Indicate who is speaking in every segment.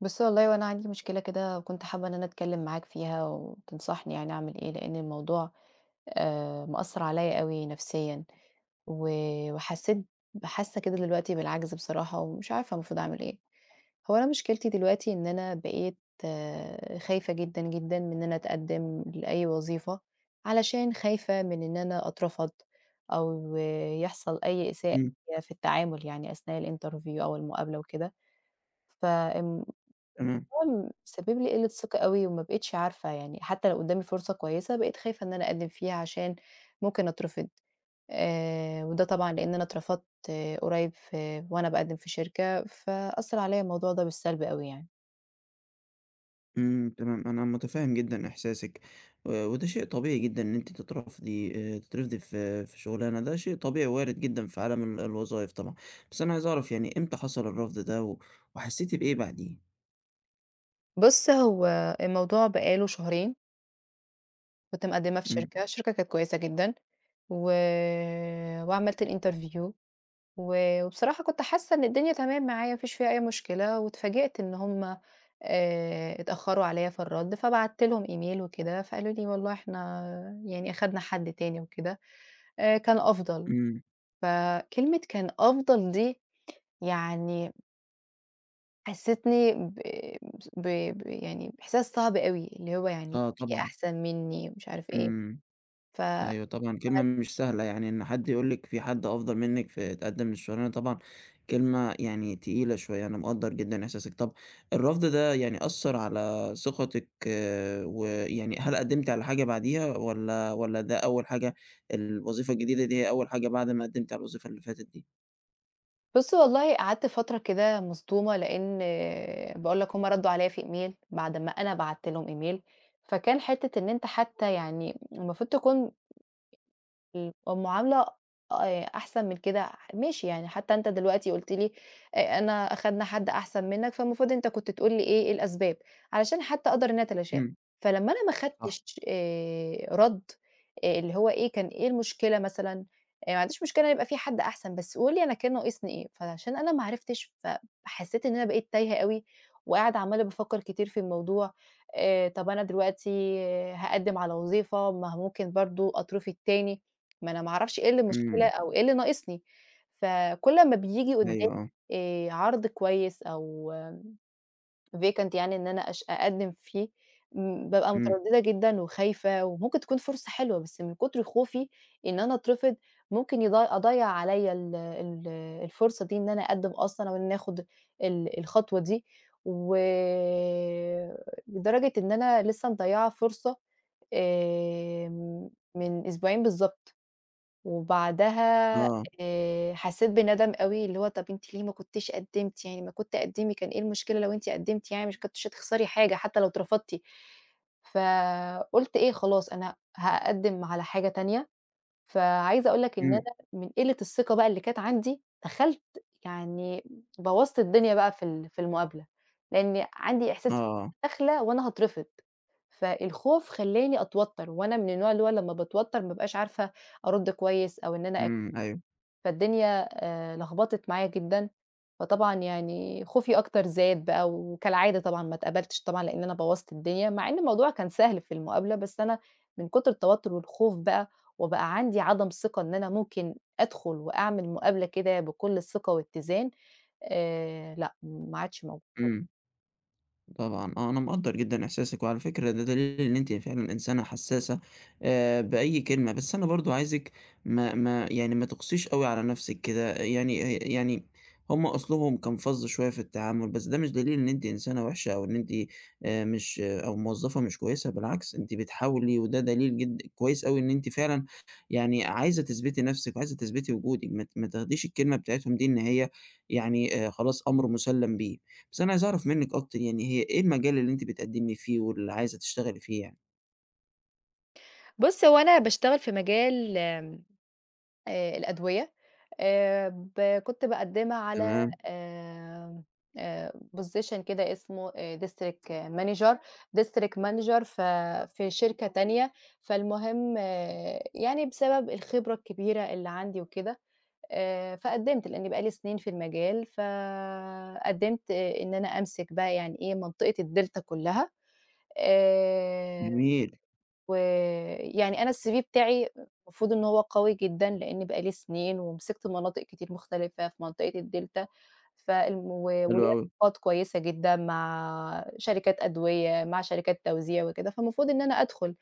Speaker 1: بُصّي، والله هو أنا عندي مشكلة كده، وكنت حابة إن أنا أتكلّم معاك فيها وتنصحني يعني أعمل إيه، لإن الموضوع مأثّر عليّا أوي نفسيًا و وحسّيت حاسّة كده دلوقتي بالعَجْز بصراحة، ومش عارفة المفروض أعمل إيه. هو أنا مشكلتي دلوقتي إن أنا بقيت خايفة جدًا، جدًا من إن أنا أتقدِّم لأي وظيفة، علشان خايفة من إن أنا أترفض أو يحصل أي إساءة
Speaker 2: إمم،
Speaker 1: في التعامل، يعني أثناء الinterview أو المقابلة وكده. فم
Speaker 2: تمام.
Speaker 1: هو سبب لي قلة ثقة أوي، وما بقيتش عارفة يعني حتى لو قدامي فرصة كويسة بقيت خايفة إن أنا أقدّم فيها عشان ممكن أترفض. وده طبعًا لإن أنا اترفضت قريب، في وأنا باقدّم في شركة، فأثّر عليّا الموضوع ده بالسلب أوي يعني.
Speaker 2: إمم، تمام. أنا متفهم جدًا إحساسِك، وده شيء طبيعي جدًا إن أنتِ تترفضي في شغلانة. ده شيء طبيعي وارد جدًا في عالم الوظايف طبعًا. بس أنا عايز أعرف يعني إمتى حصل الرفض ده، وحسيتِ بإيه بعديه؟
Speaker 1: بُص، هو الموضوع بقى له شهرين، كنت مقدّمة في
Speaker 2: إمم.
Speaker 1: شركة، الشركة كانت كويسة جدًا، و وعملت الinterview، وبصراحة كنت حاسة إن الدنيا تمام معايا، ما فيش فيها أي مشكلة، واتفاجئت إن هُم اتأخروا عليَّ في الرد، فبعت لهم email وكده، فقالوا لي والله إحنا يعني أخدنا حد تاني وكده، كان أفضل.
Speaker 2: إمم.
Speaker 1: فكلمة كان أفضل دي يعني حسّستني ب ب ب يعني بإحساس صعب أوي، اللي هو يعني
Speaker 2: آه
Speaker 1: في
Speaker 2: طبعًا.
Speaker 1: أحسن منّي ومش عارف إيه.
Speaker 2: إمم.
Speaker 1: ف
Speaker 2: أيوه طبعًا كلمة مش سهلة، يعني إن حد يقول لِك في حد أفضل منِّك فاتقدّم للشغلانة طبعًا كلمة يعني تقيلة شوية. أنا مقدّر جدًا إحساسِك. طب الرفض ده يعني أثّر على ثقتِك، آه، ويعني هل قدّمتِ على حاجة بعديها والّا ده أول حاجة؟ الوظيفة الجديدة دي هي أول حاجة بعد ما قدّمتِ على الوظيفة اللي فاتت دي؟
Speaker 1: بُص، والله قعدت فترة كده مصدومة، لإن باقول لك هُم ردّوا عليّا في email بعد ما أنا بعتّ لهم email، فكان حتّة إن أنت حتى يعني المفروض تكون المعاملة أحسن من كده، ماشي يعني حتى أنت دلوقتي قُلت لي أنا أخدنا حد أحسن منّك، فالمفروض أنت كنت تقول لي إيه الأسباب، علشان حتى أقدر إن أنا أتلاشاها.
Speaker 2: إمم.
Speaker 1: فلمّا أنا ما
Speaker 2: صح.
Speaker 1: خدتش رَد، اللي هو إيه، كان إيه المشكلة مثلًا؟ ما عنديش مشكلة يبقى في حد أحسن، بس قُل لي أنا كان ناقصني إيه، فعشان أنا ما عرفتش فحسيت إن أنا بقيت تايهة أوي، وقاعدة عمّالة بافكّر كتير في الموضوع. طَب أنا دلوقتي هاقدّم على وظيفة، ما هو ممكن برضه أترفض تاني. ما أنا ما أعرفش إيه اللي المشكلة
Speaker 2: إمم.
Speaker 1: أو إيه اللي ناقصني، فكل أمّا بييجي قدّامي
Speaker 2: أيوه. آه.
Speaker 1: عرض كويس أو vacant، يعني إن أنا أقدّم فيه، بابقى
Speaker 2: إمم.
Speaker 1: مترددة جدًا وخايفة، وممكن تكون فرصة حلوة، بس من كتر خوفي إن أنا أترفض ممكن أضيّع عليَّ ال ال الفرصة دي، إن أنا أقدّم أصلًا أو إن أنا آخُد الخطوة دي، و لدرجة إن أنا لسه مضيّعة فرصة آمم، من أسبوعين بالضبط. وبعدها
Speaker 2: آه.
Speaker 1: حسّيت بندم أوي، اللي هو طَب أنتِ ليه ما كنتيش قدّمتِ؟ يعني ما كنت قدّمي، كان إيه المشكلة لو أنتِ قدّمتِ؟ يعني مش كنتيش هتخسري حاجة حتى لو اترفضتِ. فقُلت إيه، خلاص أنا هاقدّم على حاجة تانية، فعايزة أقول لك إن
Speaker 2: إمم.
Speaker 1: أنا من قِلّة الثقة بقى اللي كانت عندي، دخلت يعني بوّظت الدنيا بقى في المقابلة، لإن عندي إحساس
Speaker 2: آه.
Speaker 1: داخلة وأنا هاترفض، فالخوف خلّاني أتوتّر، وأنا من النوع اللي هو لمّا باتوتّر ما بابقاش عارفة أرُد كويس أو إن أنا،
Speaker 2: إمم. أيوه.
Speaker 1: فالدنيا لخبطت معايا جدًا، فطبعًا يعني خوفي أكتر زاد بقى، وكالعادة طبعًا ما اتقبلتش طبعًا لإن أنا بوّظت الدنيا، مع إن الموضوع كان سهل في المقابلة، بس أنا من كتر التوتر والخوف بقى، وبقى عندي عدم ثقة إن أنا ممكن أدخل وأعمل مقابلة كده بكل الثقة واتّزان، لأ ما عادش موجود.
Speaker 2: إمم. طبعًا آه، أنا مقدّر جدًا إحساسِك، وعلى فكرة ده دليل إن أنتِ فعلًا إنسانة حسّاسة بأي كلمة، بس أنا برضه عايزِك ما تقسيش أوي على نَفْسِك كده، يعني هم أصلهم كان فَظ شوية في التعامل، بس ده مش دليل إن أنتِ إنسانة وِحشة أو إن أنتِ مش أو موظّفة مش كويسة. بالعكس أنتِ بتحاولي وده دليل جد كويس أوي إن أنتِ فعلًا يعني عايزة تثبتي نَفْسِك وعايزة تثبتي وجودِك. ما تاخديش الكلمة بتاعتهم دي إن هي يعني خلاص أمر مُسلَّم بيه. بس أنا عايز أعرف منِّك أكتر، يعني هي إيه المجال اللي أنتِ بتقدّمي فيه واللي عايزة تشتغلي فيه يعني؟
Speaker 1: بُص، هو أنا باشتغل في مجال الأدوية، ب كنت باقدّمها على،
Speaker 2: تمام.
Speaker 1: آمم آآ position كده اسمه district manager district manager ف في شركة تانية. فالمهم يعني بسبب الخبرة الكبيرة اللي عندي وكده، فقدّمت لإني بقى لي سنين في المجال، فقدّمت إن أنا أمسك بقى يعني إيه منطقة الدلتا كلّها. آآ
Speaker 2: جميل.
Speaker 1: ويعني أنا الCV بتاعي المفروض إن هو قوي جدًا، لإني بقى لي سنين ومسكت مناطق كتير مختلفة في منطقة الدلتا، فالم و
Speaker 2: حلو
Speaker 1: وليّا
Speaker 2: أوي.
Speaker 1: علاقات كويسة جدًا مع شركات أدوية، مع شركات توزيع وكده، فالمفروض إن أنا أدخل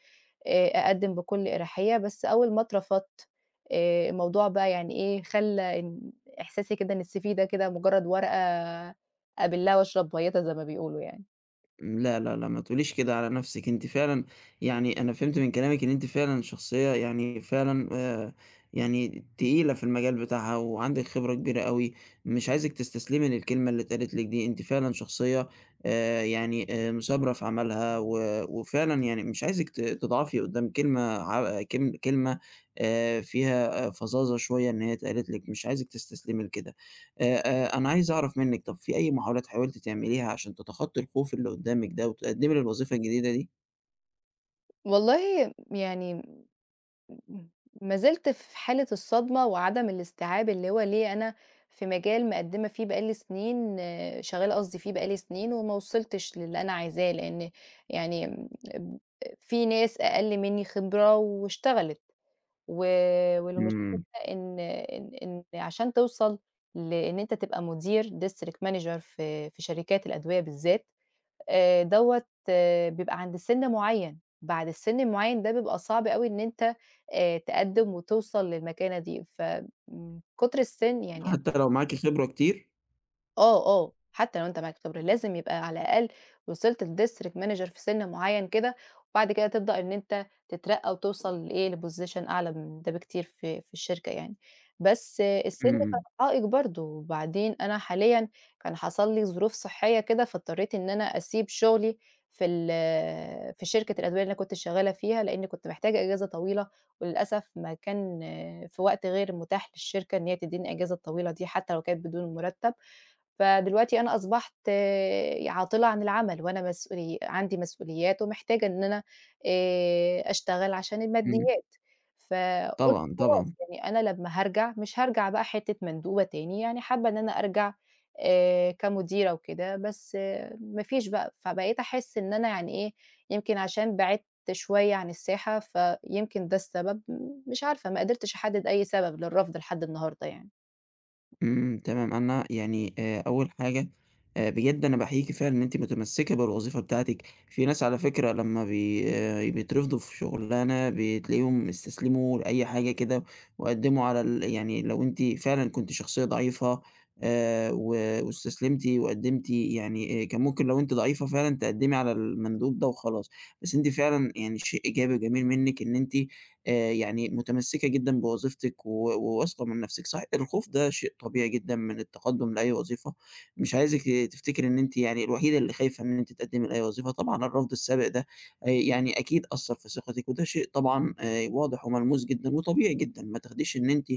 Speaker 1: أقدّم بكل إريحية، بس أول ما اترفضت الموضوع بقى يعني إيه، خلّى إن إحساسي كده إن الCV ده كده مجرد ورقة أبِلّها وأشرب مَيّتها زي ما بيقولوا يعني.
Speaker 2: لا، لا، لا، ما تقوليش كده على نفسِك. أنتِ فعلًا يعني أنا فهمت من كلامِك إن أنتِ فعلًا شخصية يعني فعلًا يعني تقيلة في المجال بتاعها وعندِك خبرة كبيرة أوي. مش عايزِك تستسلمي للكلمة اللي اتقالت لِك دي. أنتِ فعلًا شخصية يعني مثابرة في عملها و وفعلًا يعني مش عايزِك تضعفي قدّام كلمة ع كلم كلمة فيها آه، فظاظة شوية إن هي اتقالت لِك. مش عايزِك تستسلمي لكده. أنا عايز أعرف منِّك طَب في أي محاولات حاولتِ تعمليها عشان تتخطّي الخوف اللي قُدّامِك ده وتتقدّمي للوظيفة الجديدة دي؟
Speaker 1: والله يعني إمم. ما زلت في حالة الصدمة وعدم الاستيعاب، اللي هو ليه أنا في مجال مقدّمة فيه بقى لي سنين، شغّالة قصدي فيه بقى لي سنين وما وصلتش للي أنا عايزاه، لإن يعني م ب في ناس أقل منّي خبرة واشتغلت، و والمشكلة
Speaker 2: إمم.
Speaker 1: إن عشان توصل لإن أنت تبقى مدير district manager في شركات الأدوية بالذات، دوّة بيبقى عند سِن معيّن، بعد السِن المعيّن ده بيبقى صعب أوي إن أنت تقدّم وتوصل للمكانة دي. من كتر السِن يعني
Speaker 2: حتى لو معاكِ خبرة كتير؟
Speaker 1: آه، آه، حتى لو أنت معاك خبرة، لازم يبقى على الأقل وصلت لdistrict manager في سِن معيّن كده، وبعد كده تبدأ إن أنت تترقّى وتوصل لإيه، لposition أعلى من ده بكتير في الشركة يعني. بس السِن كان
Speaker 2: إمم.
Speaker 1: عائق برضه، وبعدين أنا حاليًا كان حصل لي ظروف صحية كده، فاضطريت إن أنا أسيب شغلي في ال في شركة الأدوية اللي أنا كنت شغّالة فيها، لإني كنت محتاجة إجازة طويلة، وللأسف ما كان في وقت غير متاح للشركة إن هي تدّيني الإجازة الطويلة دي، حتى لو كانت بدون مرتب. فدلوقتي أنا أصبحت عاطلة عن العمل، وأنا عندي مسؤوليات ومحتاجة إن أنا أشتغل عشان
Speaker 2: إمم.
Speaker 1: الماديات، فقُلت
Speaker 2: طبعًا،
Speaker 1: خلاص
Speaker 2: طبعًا.
Speaker 1: يعني أنا لمّا هارجع مش هارجع بقى حتة مندوبة تاني، يعني حابة إن أنا أرجع كمديرة وكده، بس ما فيش بقى، فبقيت أحس إن أنا يعني إيه، يمكن عشان بعدت شوية عن الساحة، فيمكن ده السبب، مش عارفة ما قدرتش أحدد أي سبب للرفض لحد النهارده يعني.
Speaker 2: إمم، تمام. أنا يعني أول حاجة بجد أنا باحييكِ فعلًا إن أنتِ متمسكة بالوظيفة بتاعتِك. في ناس على فكرة لمّا بي آه، بيترفضوا في شغلانة بتلاقيهم استسلموا لأي حاجة كده، وقدّموا على يعني لو أنتِ فعلًا كنتِ شخصية ضعيفة و واستسلمتِ وقدّمتِ يعني كان ممكن لو أنتِ ضعيفة فعلًا تقدّمي على المندوب ده وخلاص. بس أنتِ فعلًا يعني شيء إيجابي وجميل منِّك إن أنتِ يعني متمسكة جدًا بوظيفتِك وواثقة من نفسِك. صحيح الخوف ده شيء طبيعي جدًا من التقدُّم لأي وظيفة. مش عايزِك تفتكري إن أنتِ يعني الوحيدة اللي خايفة إن أنتِ تقدّمي لأي وظيفة. طبعًا الرفض السابق ده يعني أكيد أثّر في ثقتِك وده شيء طبعًا واضح وملموس جدًا وطبيعي جدًا. ما تاخديش إن أنتِ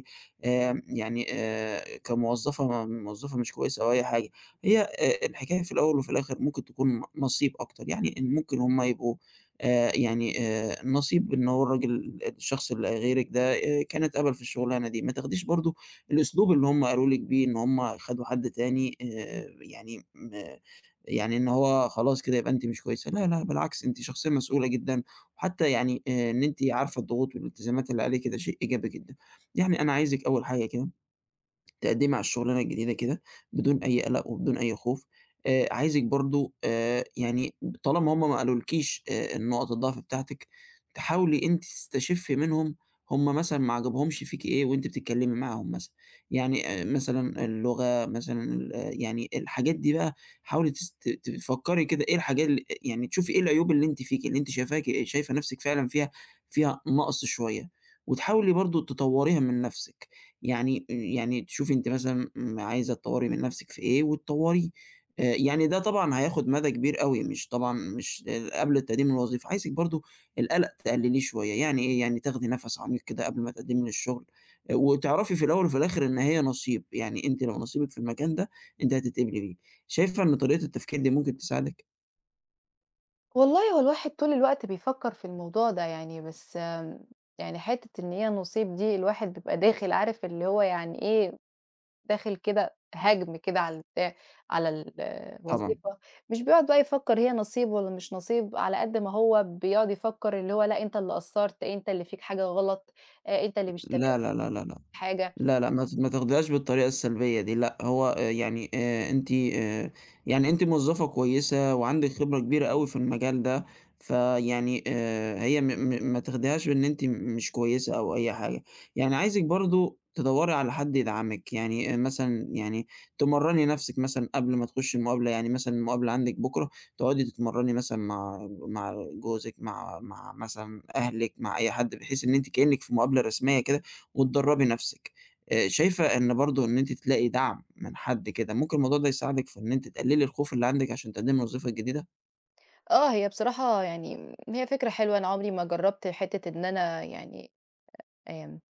Speaker 2: آمم يعني آآ كموظفة مش كويسة أو أي حاجة. هي الحكاية في الأول وفي الآخر ممكن تكون نصيب أكتر، يعني إن ممكن هم يبقوا نصيب إن هو الشخص اللي غيرِك ده كان اتقبل في الشغلانة دي. ما تاخديش برضه الأسلوب اللي هم قالوا لِك بيه إن هم خدوا حد تاني يعني يعني إن هو خلاص كده يبقى أنتِ مش كويسة. لا، لا، بالعكس أنتِ شخصية مسؤولة جدًا. وحتى يعني إن أنتِ عارفة الضغوط والالتزامات اللي عليكِ ده شيء إيجابي جدًا. يعني أنا عايزِك أول حاجة كده تقدّمي على الشغلانة الجديدة كده بدون أي قلق وبدون أي خوف. عايزِك برضه يعني طالما هُم ما قالولكيش نقط الضعف بتاعتِك، تحاولي أنتِ تستشفي منهم هُم مثلًا ما عجبهمش فيكِ إيه وأنتِ بتتكلّمي معاهم مثلًا. يعني مثلًا اللغة مثلًا ال آه، يعني الحاجات دي بقى حاولي تفكّري كده إيه الحاجات يعني تشوفي إيه العيوب اللي أنتِ فيكِ، اللي أنتِ شايفة نَفْسِك فعلًا فيها فيها نَقْص شوية. وتحاولي برضه تطوّريها من نَفْسِك. يعني يعني تشوفي أنتِ مثلًا عايزة تطوّري من نَفْسِك في إيه وتطوّري يعني ده طبعًا هياخُد مدى كبير أوي، مش طبعًا مش قبل التقديم للوظيفة. عايزِك برضه القَلَق تقلّليه شوية، يعني إيه، يعني تاخدي نَفَس عميق كده قبل ما تقدّمي للشُغل وتعرفي في الأول وفي الآخِر إن هي نصيب، يعني أنتِ لو نصيبِك في المكان ده أنتِ هتتقبلي بيه. شايفة إن طريقة التفكير دي ممكن تساعدِك؟
Speaker 1: والله هو الواحد طول الوقت بيفكّر في الموضوع ده يعني، بس يعني حتّة إن هي نصيب دي، الواحد بيبقى داخل عارف اللي هو يعني إيه، داخل كده هَجْم كده على
Speaker 2: طبعًا.
Speaker 1: الوظيفة، مش بيقعد بقى يفكّر هي نصيب والّا مش نصيب، على قد ما هو بيقعد يفكّر اللي هو لأ أنت اللي قصّرت، أنت اللي فيك حاجة غلط، أنت اللي مش تمام
Speaker 2: لا، لا، لا، لا، لأ.
Speaker 1: في حاجة.
Speaker 2: لا، لأ، ما تاخديهاش بالطريقة السلبية دي. لأ، هو يعني أنتِ يعني أنتِ موظفة كويسة وعندِك خبرة كبيرة أوي في المجال ده. فيعني هي م م ما تاخديهاش بإن أنتِ مش كويسة أو أي حاجة. يعني عايزِك برضه تدوّري على حد يدعمِك. يعني مثلًا يعني تمرّني نَفْسِك مثلًا قبل ما تخشي المقابلة. يعني مثلًا المقابلة عندِك بُكرة تقعدي تتمرّني مثلًا مع جوزِك، مع مثلًا أهلِك، مع أي حد، بحيث إن أنتِ كإنِّك في مقابلة رسمية كده وتدرّبي نَفْسِك. شايفة إن برضه إن أنتِ تلاقي دعم من حد كده، ممكن الموضوع ده يساعدك في إن أنتِ تقللي الخوف اللي عندِك عشان تقدمي الوظيفة الجديدة؟
Speaker 1: آه، هي بصراحة يعني هي فكرة حلوة، أنا عمري ما جرّبت حتّة إن أنا يعني آمم،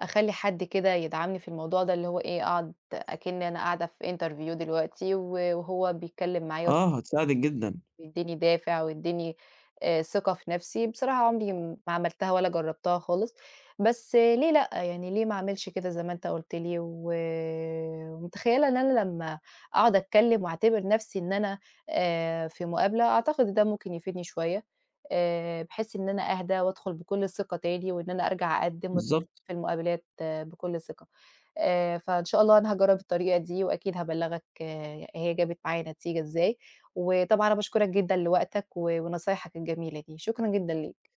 Speaker 1: أخلّي حد كده يدعمني في الموضوع ده، اللي هو إيه، أقعد أكِنّي أنا قاعدة في interview دلوقتي وهو بيتكلّم معايا
Speaker 2: آه، هتساعدِك جدًا.
Speaker 1: ويدّيني دافع ويدّيني ثقة في نَفْسي. بصراحة عمري ما عملتها ولا جرّبتها خالص، بس آه، ليه لأ، يعني ليه ما أعملش كده زي ما أنت قُلت لي، ومتخيّلة إن أنا لمّا أقعد أتكلّم وأعتبر نَفْسي إن أنا في مقابلة، أعتقد ده ممكن يفيدني شوية، بحيث إن أنا أهدى وأدخُل بكل ثقة تاني، وإن أنا أرجع أقدّم وأتكلّم
Speaker 2: بالضبط.
Speaker 1: في المقابلات بكل ثقة. فإن شاء الله أنا هاجرّب الطريقة دي وأكيد هابلّغك هي جابت معايا نتيجة إزاي، وطبعًا أنا باشكرك جدًا لوقتك ونصايحك الجميلة دي، شكرًا جدًا ليك،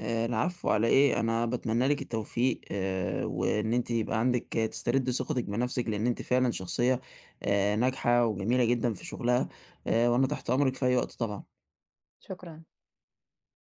Speaker 2: العفو على إيه، أنا باتمنى لِك التوفيق وإن أنتِ يبقى عندِك آه، تسترد ثقتِك بنفسِك، لإن أنتِ فعلًا شخصية ناجحة وجميلة جدًا في شغلها. وأنا تحت أمرِك في أي وقت طبعًا.
Speaker 1: شكرًا.